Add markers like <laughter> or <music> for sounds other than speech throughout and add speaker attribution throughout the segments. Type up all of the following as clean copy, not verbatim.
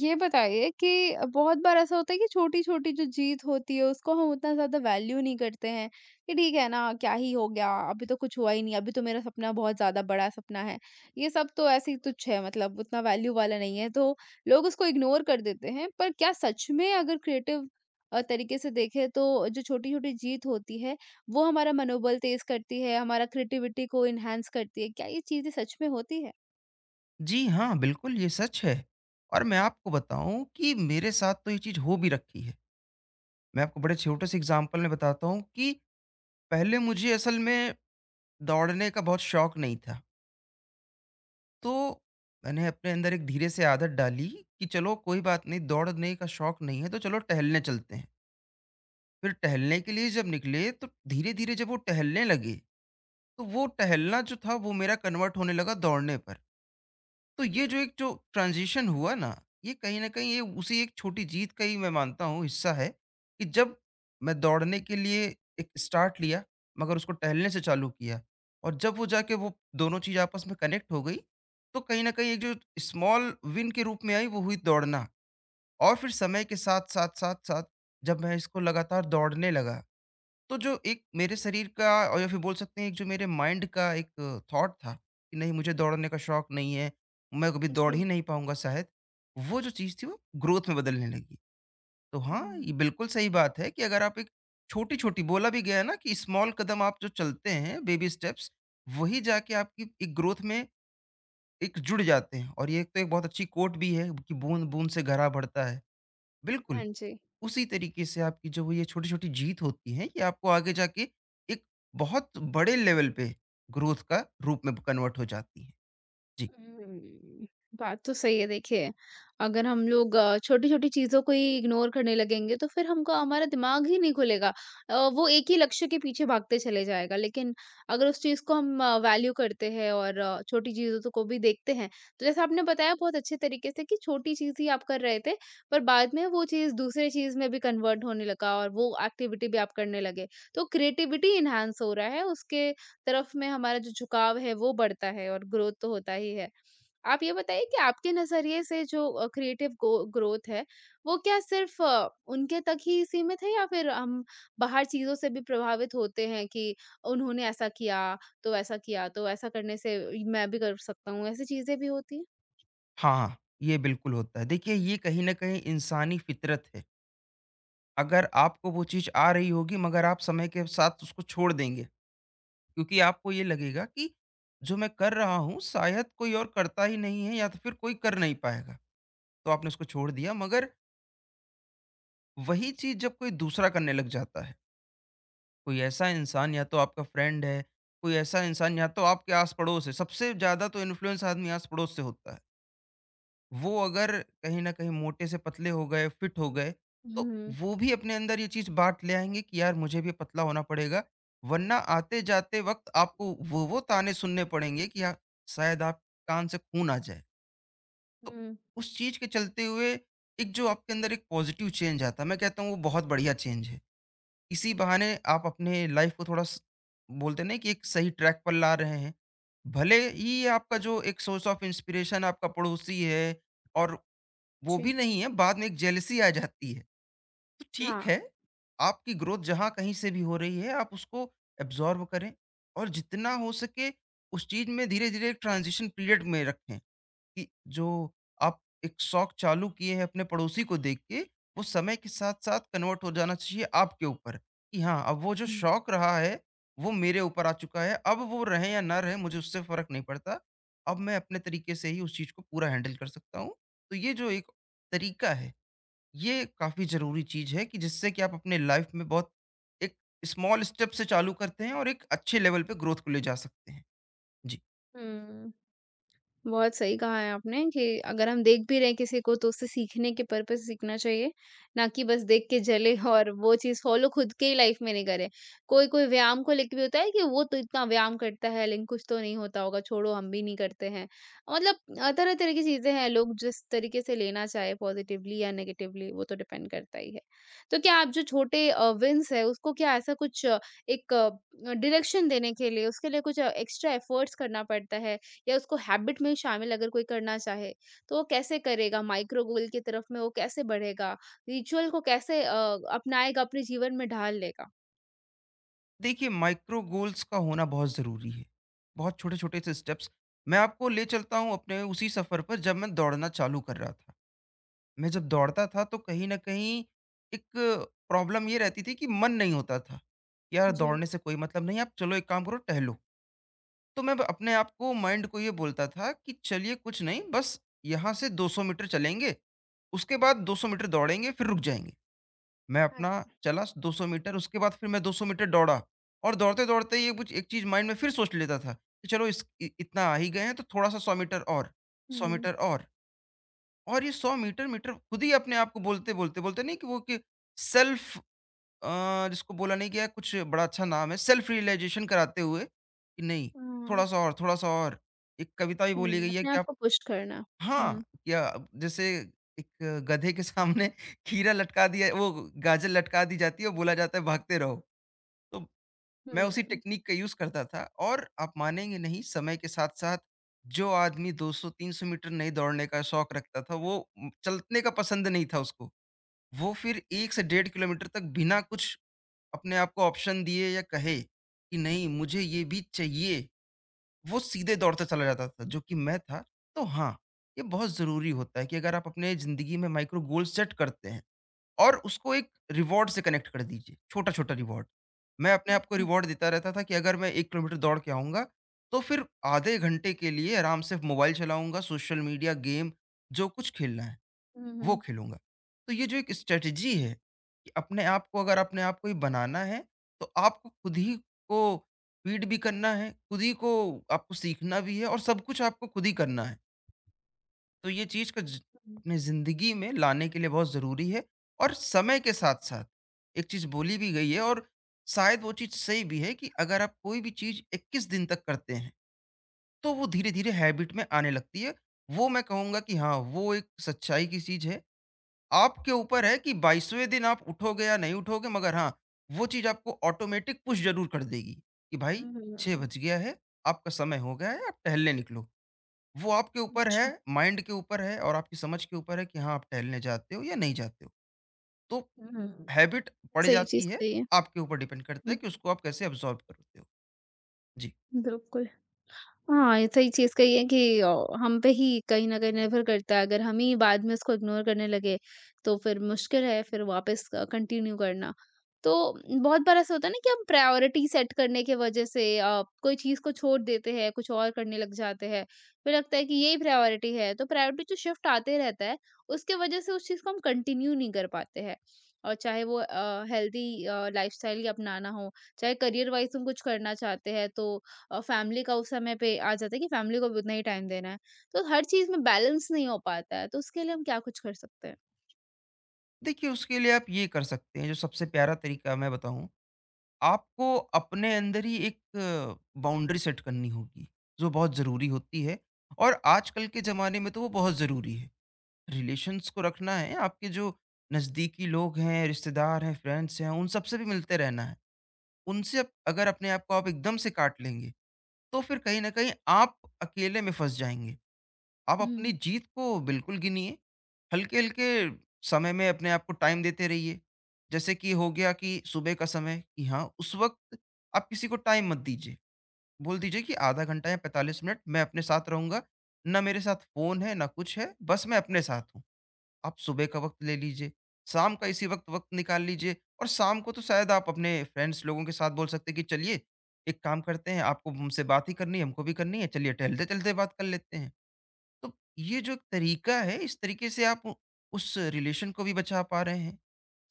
Speaker 1: ये बताइए कि बहुत बार ऐसा होता है कि छोटी-छोटी जो जीत होती है उसको हम उतना ज़्यादा वैल्यू नहीं करते हैं, कि ठीक है ना क्या ही हो गया, अभी तो कुछ हुआ ही नहीं, अभी तो मेरा सपना बहुत ज़्यादा बड़ा सपना है। ये सब तो ऐसे ही तुच्छ है मतलब उतना वैल्यू वाला नहीं है तो लोग उसको इग्नोर कर देते हैं। पर क्या सच में अगर क्रिएटिव तरीके से देखें तो जो छोटी-छोटी जीत होती है, वो हमारा मनोबल तेज़ करती है, हमारा क्रिएटिविटी को एनहांस करती है। क्या ये चीज़ें सच में होती है?
Speaker 2: जी हाँ, बिल्कुल ये सच है। और मैं आपको बताऊँ कि मेरे साथ तो ये चीज़ हो भी रखी है। मैं आपको बड़े छोटे से एग्ज़ाम्पल में बताता हूँ कि पहले मुझे असल में दौड़ने का बहुत शौक नहीं था। तो मैंने अपने अंदर एक धीरे से आदत डाली कि चलो कोई बात नहीं, दौड़ने का शौक नहीं है तो चलो टहलने चलते हैं। फिर टहलने के लिए जब निकले तो धीरे-धीरे जब वो टहलने लगे, तो वो टहलना जो था वो मेरा कन्वर्ट होने लगा दौड़ने पर। तो ये जो एक जो ट्रांजिशन हुआ ना, ये कहीं न कहीं ये उसी एक छोटी जीत का ही मैं मानता हूँ हिस्सा है, कि जब मैं दौड़ने के लिए एक स्टार्ट लिया, मगर उसको टहलने से चालू किया और जब वो जाके वो दोनों चीज़ आपस में कनेक्ट हो गई, तो कहीं न कहीं एक जो स्मॉल विन के रूप में आई वो हुई दौड़ना। और फिर समय के साथ, साथ, साथ, साथ जब मैं इसको लगातार दौड़ने लगा तो जो एक मेरे शरीर का और या फिर बोल सकते हैं एक जो मेरे माइंड का एक थॉट था कि नहीं मुझे दौड़ने का शौक नहीं है, मैं कभी दौड़ ही
Speaker 1: जी।
Speaker 2: नहीं पाऊँगा शायद, वो जो चीज़ थी वो ग्रोथ में बदलने लगी। तो हाँ,
Speaker 1: हुँ।
Speaker 2: ये बिल्कुल सही बात है कि अगर आप एक छोटी-छोटी बोला भी गया है ना कि स्मॉल कदम आप जो चलते हैं, बेबी स्टेप्स, वही जाके आपकी एक ग्रोथ में एक जुड़ जाते हैं और ये एक तो एक बहुत अच्छी कोट भी है कि बूँद-बूँद से घड़ा भरता है। बिल्कुल।
Speaker 1: हाँ जी।
Speaker 2: उसी तरीके से आपकी जो वो ये छोटी-छोटी जीत होती है, ये आपको आगे जाके एक बहुत बड़े लेवल पे ग्रोथ का रूप में कन्वर्ट हो जाती है। जी।
Speaker 1: हुँ, बात तो सही है, देखिए। अगर हम लोग छोटी-छोटी चीज़ों को ही इग्नोर करने लगेंगे तो फिर हमको हमारा दिमाग ही नहीं खुलेगा। वो एक ही लक्ष्य के पीछे भागते चले जाएगा। लेकिन अगर उस चीज़ को हम वैल्यू करते हैं और छोटी चीज़ों तो को भी देखते हैं, तो जैसा आपने बताया बहुत अच्छे तरीके से कि छोटी चीज़ ही आप कर रहे थे, पर बाद में वो चीज़ दूसरे चीज़ में भी कन्वर्ट होने लगा और वो एक्टिविटी भी आप करने लगे। तो क्रिएटिविटी एनहांस हो रहा है उसके तरफ में हमारा जो झुकाव है वो बढ़ता है और ग्रोथ तो होता ही है। आप ये बताइए कि आपके नज़रिए से जो क्रिएटिव गो ग्रोथ है, वो क्या सिर्फ़ उनके तक ही सीमित है या फिर हम बाहर चीज़ों से भी प्रभावित होते हैं कि उन्होंने ऐसा किया, तो ऐसा किया, तो ऐसा करने से मैं भी कर सकता हूँ, ऐसी चीज़ें भी होती हैं?
Speaker 2: हाँ, ये बिल्कुल होता है। देखिए, ये कहीं न कहीं इंसानी फितरत है। अगर आपको वो चीज़ आ रही होगी मगर आप समय के साथ उसको छोड़ देंगे, क्योंकि आपको ये लगेगा कि जो मैं कर रहा हूँ शायद कोई और करता ही नहीं है या तो फिर कोई कर नहीं पाएगा। तो आपने उसको छोड़ दिया, मगर वही चीज़ जब कोई दूसरा करने लग जाता है, कोई ऐसा इंसान या तो आपका फ्रेंड है, कोई ऐसा इंसान या तो आपके आस-पड़ोस है, सबसे ज़्यादा तो इन्फ्लुएंस आदमी आस-पड़ोस से होता है। वो अगर कहीं न कहीं मोटे से पतले हो गए, फिट हो गए, तो
Speaker 1: हुँ।
Speaker 2: वो भी अपने अंदर ये चीज़ बाँट ले आएँगे कि यार मुझे भी पतला होना पड़ेगा, वरना आते-जाते वक़्त आपको वो ताने सुनने पड़ेंगे कि या शायद आप कान से खून आ जाए। तो
Speaker 1: हुँ।
Speaker 2: उस चीज़ के चलते हुए एक जो आपके अंदर एक पॉज़िटिव चेंज आता है, मैं कहता हूँ वो बहुत बढ़िया चेंज है। इसी बहाने आप अपने लाइफ को थोड़ा स, बोलते हैं ना, कि एक सही ट्रैक पर ला रहे हैं। भले ही आपका जो एक सोर्स ऑफ इंस्पिरेशन आपका पड़ोसी है और वो
Speaker 1: जी।
Speaker 2: भी नहीं है, बाद में एक जेलसी आ जाती है। तो ठीक
Speaker 1: हाँ।
Speaker 2: है, आपकी ग्रोथ जहाँ कहीं से भी हो रही है, आप उसको एब्ज़ॉर्ब करें और जितना हो सके उस चीज़ में धीरे-धीरे एक ट्रांज़िशन पीरियड में रखें। कि जो आप एक शौक चालू किए हैं अपने पड़ोसी को देख के, वो समय के साथ-साथ कन्वर्ट हो जाना चाहिए आपके ऊपर, कि हाँ, अब वो जो
Speaker 1: हुँ।
Speaker 2: शौक रहा है, वो मेरे ऊपर आ चुका है, अब वो रहें या ना रहें मुझे उससे फ़र्क नहीं पड़ता। अब मैं अपने तरीके से ही उस चीज़ को पूरा हैंडल कर सकता हूँ। तो ये जो एक तरीका है, ये काफ़ी ज़रूरी चीज़ है कि जिससे कि आप अपने लाइफ़ में बहुत एक स्मॉल स्टेप से चालू करते हैं और एक अच्छे लेवल पे ग्रोथ को ले जा सकते हैं। जी।
Speaker 1: हुँ। बहुत सही कहा है आपने कि अगर हम देख भी रहे हैं किसी को तो उससे सीखने के पर्पस से सीखना चाहिए, ना कि बस देख के जले और वो चीज़ फ़ॉलो खुद के ही लाइफ़ में नहीं करें। कोई-कोई व्यायाम को लेके भी होता है कि वो तो इतना व्यायाम करता है लेकिन कुछ तो नहीं होता होगा, छोड़ो हम भी नहीं करते हैं। मतलब तरह-तरह की चीज़ें हैं, लोग जिस तरीके से लेना चाहे पॉज़िटिवली या नेगेटिवली वो तो डिपेंड करता ही है। तो क्या आप जो छोटे विन्स हैं उसको क्या ऐसा कुछ एक एक डायरेक्शन देने के लिए उसके लिए कुछ एक्स्ट्रा एफ़र्ट्स करना पड़ता है? या उसको हैबिट में शामिल अगर कोई करना चाहे तो वो कैसे करेगा माइक्रो गोल की तरफ में वो कैसे बढ़ेगा रिचुअल को कैसे अपनाएगा अपने जीवन में ढाल लेगा।
Speaker 2: देखिए, माइक्रो गोल्स का होना बहुत ज़रूरी है। बहुत छोटे-छोटे से स्टेप्स। मैं आपको ले चलता हूँ अपने उसी सफ़र पर जब मैं दौड़ना चालू कर रहा था। मैं जब दौड़ता था तो कहीं न कहीं एक प्रॉब्लम ये रहती थी कि मन नहीं होता था। यार,
Speaker 1: जी।
Speaker 2: दौड़ने से कोई मतलब नहीं है, आप चलो एक काम करो, टहलो। तो मैं अपने आप को, माइंड को ये बोलता था कि चलिए कुछ नहीं, बस यहाँ से 200 मीटर चलेंगे, उसके बाद 200 मीटर दौड़ेंगे, फिर रुक जाएँगे। मैं अपना
Speaker 1: अच्छा।
Speaker 2: चला 200 मीटर, उसके बाद फिर मैं 200 मीटर दौड़ा और दौड़ते-दौड़ते ये कुछ एक चीज़ माइंड में फिर सोच लेता था कि चलो इस इ इतना आ ही गए हैं तो थोड़ा-सा 100 मीटर और, 100
Speaker 1: हम्म।
Speaker 2: मीटर और ये 100 मीटर मीटर खुद ही अपने आप को बोलते-बोलते, बोलते बोलते नहीं कि वो कि सेल्फ, जिसको बोला नहीं गया है, कुछ बड़ा अच्छा नाम है, सेल्फ रियलाइज़ेशन कराते हुए कि नहीं,
Speaker 1: हाँ।
Speaker 2: थोड़ा-सा और, थोड़ा-सा और। एक कविता भी बोली
Speaker 1: हम्म।
Speaker 2: गई है
Speaker 1: अपने
Speaker 2: कि
Speaker 1: आप
Speaker 2: आप।
Speaker 1: को पुश करना।
Speaker 2: हाँ,
Speaker 1: हम्म।
Speaker 2: या जैसे एक गधे के सामने <laughs> खीरा लटका दिया, वो गाजर लटका दी जाती है और बोला जाता है भागते रहो। तो मैं उसी
Speaker 1: हम्म।
Speaker 2: टेक्नीक का यूज़ करता था और आप मानेंगे नहीं, समय के साथ-साथ जो आदमी 200-300 मीटर नहीं दौड़ने का शौक रखता था, वो चलने का पसंद नहीं था उसको। वो फिर 1 से 1.5 किलोमीटर तक बिना कुछ अपने आप को ऑप्शन दिए या कहे कि नहीं मुझे ये भी चाहिए। वो सीधे दौड़ते चला जाता था, जो कि मैं था। तो हाँ, ये बहुत ज़रूरी होता है कि अगर आप अपने ज़िंदगी में माइक्रो गोल सेट करते हैं और उसको एक रिवॉर्ड से कनेक्ट कर दीजिए, छोटा-छोटा रिवॉर्ड। मैं अपने आप को
Speaker 1: अच्छा।
Speaker 2: रिवॉर्ड देता रहता था कि अगर मैं 1 किलोमीटर दौड़ के आऊँगा, तो फिर आधे घंटे के लिए आराम से मोबाइल चलाऊँगा, सोशल मीडिया, गेम, जो कुछ खेलना है।
Speaker 1: हम्म।
Speaker 2: वो
Speaker 1: हम्म।
Speaker 2: खेलूँगा। तो ये जो एक स्ट्रैटेजी है कि अपने आप को, अगर अपने आप को ही बनाना है, तो आपको खुद ही को फीड भी करना है, खुद ही को आपको सीखना भी है और सब कुछ आपको खुद ही करना है। तो ये चीज़ का ज, अपने ज़िंदगी में लाने के लिए बहुत ज़रूरी है और समय के साथ-साथ एक चीज़ बोली भी गई है और शायद वो चीज़ सही भी है कि अगर आप कोई भी चीज़ 21 दिन तक करते हैं, तो वो धीरे-धीरे हैबिट में आने लगती है। वो मैं कहूँगा कि हाँ, वो एक सच्चाई की चीज़ है। आपके ऊपर है कि 22वें दिन आप उठोगे या नहीं उठोगे, मगर हाँ, वो चीज़ आपको ऑटोमेटिक पुश ज़रूर कर देगी कि भाई
Speaker 1: हम्म।
Speaker 2: 6
Speaker 1: हम्म।
Speaker 2: बज गया है, आपका समय हो गया है, आप टहलने निकलो। वो आपके ऊपर है,
Speaker 1: अच्छा।
Speaker 2: माइंड के ऊपर है और आपकी समझ के ऊपर है कि हाँ, आप टहलने जाते हो या नहीं जाते हो। तो
Speaker 1: हम्म।
Speaker 2: हैबिट पड़
Speaker 1: सही चीज
Speaker 2: जाती है,
Speaker 1: सही है।
Speaker 2: आपके ऊपर डिपेंड करता है
Speaker 1: हम्म।
Speaker 2: कि उसको आप कैसे अब्ज़ॉर्ब करते हो। जी।
Speaker 1: बिल्कुल। हाँ, ये सही चीज़ कही है कि हम पे ही कहीं न कहीं निर्भर करता है, अगर हम ही बाद में इसको इग्नोर करने लगे, तो फिर मुश्किल है फिर वापस कंटिन्यू करना। तो बहुत बार ऐसा होता है ना कि हम प्रायोरिटी सेट करने की वजह से कोई चीज़ को छोड़ देते हैं, कुछ और करने लग जाते हैं, फिर लगता है कि यही प्रायोरिटी है, तो प्रायोरिटी जो शिफ्ट आते रहता है, उसकी वजह से उस चीज़ को हम कंटिन्यू नहीं कर पाते हैं। और चाहे वो हेल्दी लाइफ़स्टाइल ही अपनाना हो, चाहे करियर वाइज़ हम कुछ करना चाहते हैं, तो और फैमिली का उस समय पे आ जाता है कि फैमिली को भी उतना ही टाइम देना है। तो हर चीज़ में बैलेंस नहीं हो पाता है, तो उसके लिए हम क्या कुछ कर सकते हैं?
Speaker 2: देखिए, उसके लिए आप ये कर सकते हैं, जो सबसे प्यारा तरीका मैं बताऊँ। आपको अपने अंदर ही एक बाउंड्री सेट करनी होगी, जो बहुत ज़रूरी होती है और आजकल के ज़माने में तो वो बहुत ज़रूरी है। रिलेशंस को रखना है, आपके जो नज़दीकी लोग हैं, रिश्तेदार हैं, फ्रेंड्स हैं, उन सबसे भी मिलते रहना है। अगर अपने आप को आप एकदम से काट लेंगे, तो फिर कहीं न कहीं आप अकेले में फँस जाएँगे। आप अपनी
Speaker 1: हुँ।
Speaker 2: जीत को बिल्कुल गिनिए। हल्के-हल्के समय में अपने आप को टाइम देते रहिए। जैसे कि हो गया कि सुबह का समय कि हाँ, उस वक़्त आप किसी को टाइम मत दीजिए। बोल दीजिए कि आधा घंटा या 45 मिनट मैं अपने साथ रहूँगा। ना मेरे साथ फ़ोन है, ना कुछ है, बस मैं अपने साथ हूँ। आप सुबह का वक़्त ले लीजिए, शाम का इसी वक़्त वक़्त निकाल लीजिए और शाम को तो शायद आप अपने फ्रेंड्स लोगों के साथ बोल सकते हैं कि चलिए, एक काम करते हैं, आपको मुझसे बात ही करनी है, हमको भी करनी है, चलिए टहलते-चलते बात कर लेते हैं। तो ये जो एक तरीका है, इस तरीके से आप उस रिलेशन को भी बचा पा रहे हैं,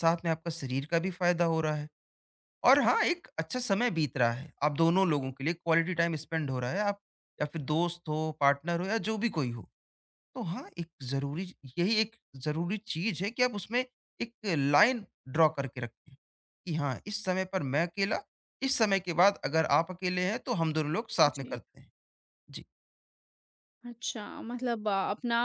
Speaker 2: साथ में आपका शरीर का भी फायदा हो रहा है और हाँ, एक अच्छा समय बीत रहा है, आप दोनों लोगों के लिए क्वालिटी टाइम स्पेंड हो रहा है, आप या फिर दोस्त हो, पार्टनर हो या जो भी कोई हो। तो हाँ, एक जरूरी, यही एक जरूरी चीज है कि आप उसमें एक लाइन ड्रॉ करके रखें कि हाँ, इस समय पर मैं अकेला, इस समय के बाद अगर आप अकेले हैं तो हम दोनों लोग साथ में
Speaker 1: जी।
Speaker 2: करते हैं। जी।
Speaker 1: अच्छा, मतलब अपना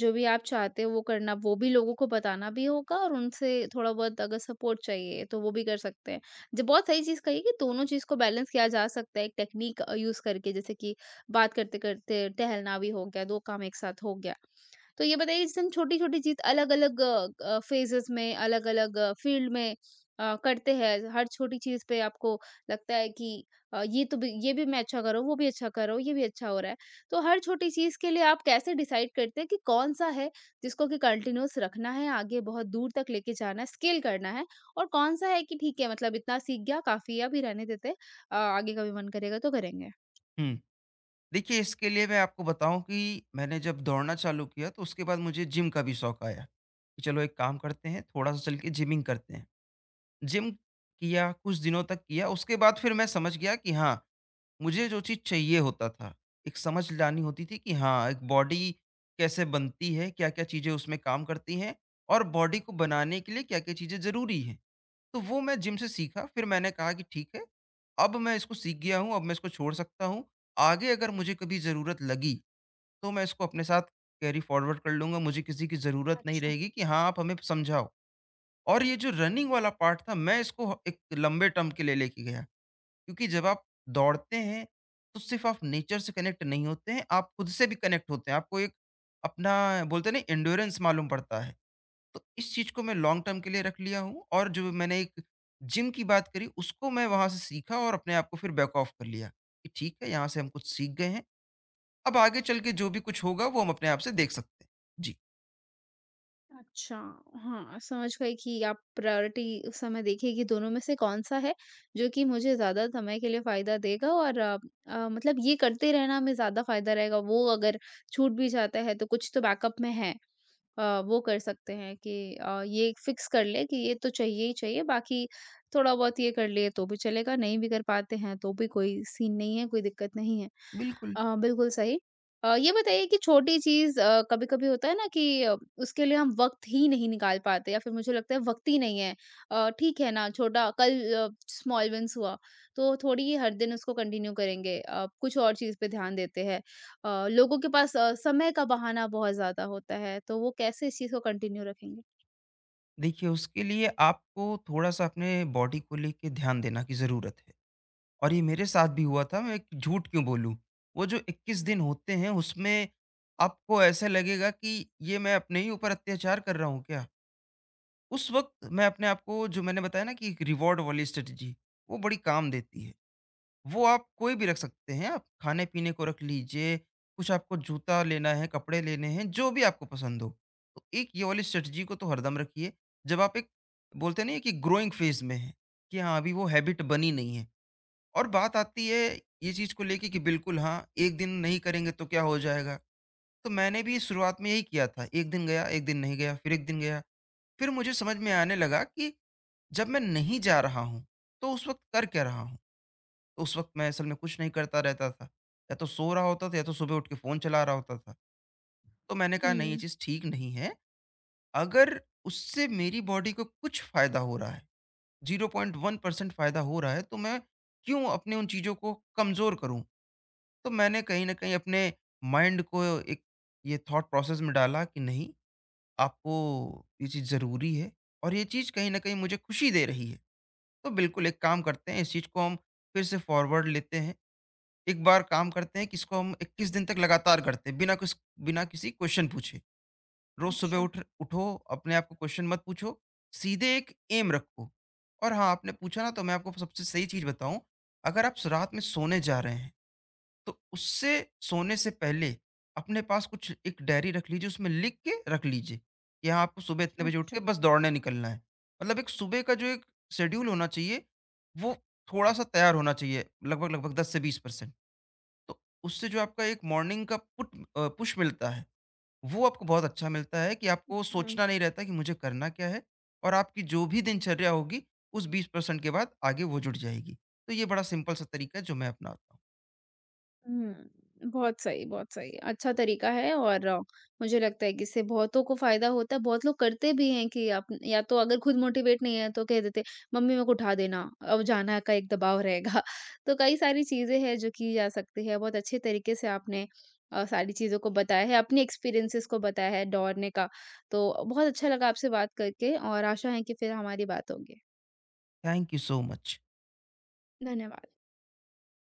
Speaker 1: जो भी आप चाहते हो वो करना, वो भी लोगों को बताना भी होगा और उनसे थोड़ा बहुत अगर सपोर्ट चाहिए तो वो भी कर सकते हैं। जो बहुत सही चीज़ कही कि दोनों चीज़ को बैलेंस किया जा सकता है एक टेक्नीक यूज़ करके जैसे कि बात करते-करते टहलना भी हो गया, 2 काम एक साथ हो गया। तो ये बताइए जैसे हम छोटी-छोटी चीज़ अलग-अलग फ़ेज़ेज़ में, अलग-अलग फ़ील्ड में करते हैं। हर छोटी चीज़ पे आपको लगता है कि ये तो भी ये भी मैं अच्छा कर रहा हूँ, वो भी अच्छा कर रहा हूँ, ये भी अच्छा हो रहा है। तो हर छोटी चीज़ के लिए आप कैसे डिसाइड करते हैं कि कौन-सा है जिसको कि कंटिन्यूअस रखना है, आगे बहुत दूर तक लेके जाना है, स्केल करना है और कौन-सा है कि ठीक है मतलब इतना सीख गया काफ़ी है, अभी रहने देते हैं, आगे कभी मन करेगा तो करेंगे?
Speaker 2: हम्म। देखिए, इसके लिए मैं आपको बताऊँ कि मैंने जब दौड़ना चालू किया तो उसके बाद मुझे जिम का भी शौक आया, कि चलो एक काम करते हैं, थोड़ा-सा चल के जिमिंग करते हैं। जिम किया, कुछ दिनों तक किया, उसके बाद फिर मैं समझ गया कि हाँ, मुझे जो चीज़ चाहिए होता था, एक समझ लानी होती थी कि हाँ, एक बॉडी कैसे बनती है, क्या-क्या चीज़ें उसमें काम करती हैं और बॉडी को बनाने के लिए क्या-क्या चीज़ें ज़रूरी हैं। तो वो मैं जिम से सीखा, फिर मैंने कहा कि ठीक है, अब मैं इसको सीख गया हूँ, अब मैं इसको छोड़ सकता हूँ। आगे अगर मुझे कभी ज़रूरत लगी, तो मैं इसको अपने साथ कैरी फॉरवर्ड कर लूँगा, मुझे किसी की ज़रूरत नहीं
Speaker 1: अच्छा।
Speaker 2: रहेगी कि हाँ, आप हमें समझाओ। और ये जो रनिंग वाला पार्ट था, मैं इसको एक लंबे टर्म के लिए लेके गया, क्योंकि जब आप दौड़ते हैं, तो सिर्फ़ आप नेचर से कनेक्ट नहीं होते हैं, आप खुद से भी कनेक्ट होते हैं। आपको एक अपना बोलते हैं ना एंड्योरेंस मालूम पड़ता है। तो इस चीज़ को मैं लॉन्ग टर्म के लिए रख लिया हूँ और जो मैंने एक जिम की बात करी उसको मैं वहाँ से सीखा और अपने आप को फिर बैक ऑफ कर लिया कि ठीक है यहाँ से हम कुछ सीख गए हैं। अब आगे चल के जो भी कुछ होगा वो हम अपने आप से देख सकते हैं। जी
Speaker 1: अच्छा, हाँ, समझ गई कि आप प्रायोरिटी उस समय देखिए कि दोनों में से कौन-सा है जो कि मुझे ज़्यादा समय के लिए फ़ायदा देगा और मतलब ये करते रहना में ज़्यादा फ़ायदा रहेगा, वो अगर छूट भी जाता है तो कुछ तो बैकअप में है। वो कर सकते हैं कि ये फिक्स कर ले कि ये तो चाहिए ही चाहिए, बाकी थोड़ा बहुत ये कर लिए तो भी चलेगा, नहीं भी कर पाते हैं तो भी कोई सीन नहीं है, कोई दिक्कत नहीं है।
Speaker 2: बिल्कुल।
Speaker 1: बिल्कुल सही। ये बताइए कि छोटी चीज़ कभी-कभी होता है ना कि उसके लिए हम वक़्त ही नहीं निकाल पाते या फिर मुझे लगता है वक़्त ही नहीं है। ठीक है ना, छोटा कल स्मॉल विन्स हुआ, तो थोड़ी ही हर दिन उसको कंटिन्यू करेंगे। कुछ और चीज़ पे ध्यान देते हैं। लोगों के पास समय का बहाना बहुत ज़्यादा होता है, तो वो कैसे इस चीज़ को कंटिन्यू रखेंगे?
Speaker 2: देखिए उसके लिए आपको थोड़ा सा अपने बॉडी को लेके ध्यान देना की ज़रूरत है। और ये मेरे साथ भी हुआ था, मैं झूठ क्यों बोलूँ। वो जो 21 दिन होते हैं उसमें आपको ऐसा लगेगा कि ये मैं अपने ही ऊपर अत्याचार कर रहा हूँ क्या। उस वक़्त मैं अपने आप को जो मैंने बताया ना कि एक रिवॉर्ड वाली स्ट्रैटेजी, वो बड़ी काम देती है। वो आप कोई भी रख सकते हैं, आप खाने-पीने को रख लीजिए, कुछ आपको जूता लेना है, कपड़े लेने हैं, जो भी आपको पसंद हो। तो एक ये वाली स्ट्रैटेजी को तो हरदम रखिए, जब आप एक बोलते नहीं है कि ग्रोइंग फ़ेज़ में हैं, कि हाँ, अभी वो हैबिट बनी नहीं है। और बात आती है ये चीज़ को लेके कि बिल्कुल हाँ, एक दिन नहीं करेंगे तो क्या हो जाएगा? तो मैंने भी शुरुआत में यही किया था, 1 दिन गया, 1 दिन नहीं गया, फिर 1 दिन गया। फिर मुझे समझ में आने लगा कि जब मैं नहीं जा रहा हूँ, तो उस वक़्त कर क्या रहा हूँ? तो उस वक़्त मैं असल में कुछ नहीं करता रहता था। या तो सो रहा होता था या तो सुबह उठ के फ़ोन चला रहा होता था। तो मैंने कहा नहीं ये
Speaker 1: हुँ।
Speaker 2: चीज़ ठीक नहीं है। अगर उससे मेरी बॉडी को कुछ फ़ायदा हो रहा है, 0.1% फ़ायदा हो रहा है तो मैं क्यों अपने उन चीज़ों को कमज़ोर करूँ? तो मैंने कहीं न कहीं अपने माइंड को एक ये थॉट प्रोसेस में डाला कि नहीं, आपको ये चीज़ ज़रूरी है और ये चीज़ कहीं न कहीं मुझे खुशी दे रही है। तो बिल्कुल एक काम करते हैं, इस चीज़ को हम फिर से फॉरवर्ड लेते हैं। एक बार काम करते हैं कि इसको हम 21 दिन तक लगातार करते हैं बिना किसी क्वेश्चन पूछे। रोज़ सुबह उठ उठो, अपने आप को क्वेश्चन मत पूछो, सीधे एक ऐम रखो। और हाँ, आपने पूछा ना तो मैं आपको सबसे सही चीज़ बताऊँ, अगर आप स रात में सोने जा रहे हैं तो उससे सोने से पहले अपने पास कुछ एक डायरी रख लीजिए, उसमें लिख के रख लीजिए कि हाँ आपको सुबह इतने बजे उठ के
Speaker 1: अच्छा।
Speaker 2: बस दौड़ने निकलना है। मतलब एक सुबह का जो एक शेड्यूल होना चाहिए वो थोड़ा सा तैयार होना चाहिए लगभग लगभग 10 से 20%। तो उससे जो आपका एक मॉर्निंग का पुट पुश मिलता है वो आपको बहुत अच्छा मिलता है कि आपको
Speaker 1: हुँ।
Speaker 2: सोचना नहीं रहता कि मुझे करना क्या है। और आपकी जो भी दिनचर्या होगी उस 20% के बाद आगे वो जुड़ जाएगी। तो ये बड़ा सिंपल सा तरीका है जो मैं अपनाता हूँ।
Speaker 1: हुँ, बहुत सही, बहुत सही। अच्छा तरीका है और मुझे लगता है कि इससे बहुतों को फ़ायदा होता है। बहुत लोग करते भी हैं कि आप या तो अगर खुद मोटिवेट नहीं है तो कह देते, "मम्मी मेरे को उठा देना, अब जाना" का एक दबाव रहेगा। <laughs> तो कई सारी चीज़ें हैं जो की जा सकती है। बहुत अच्छे तरीके से आपने सारी चीज़ों को बताया है, अपने एक्सपीरियंसेस को बताया है दौड़ने का। तो बहुत अच्छा लगा आपसे बात करके और आशा है कि फिर हमारी बात होगी।
Speaker 2: Thank you so much.
Speaker 1: धन्यवाद।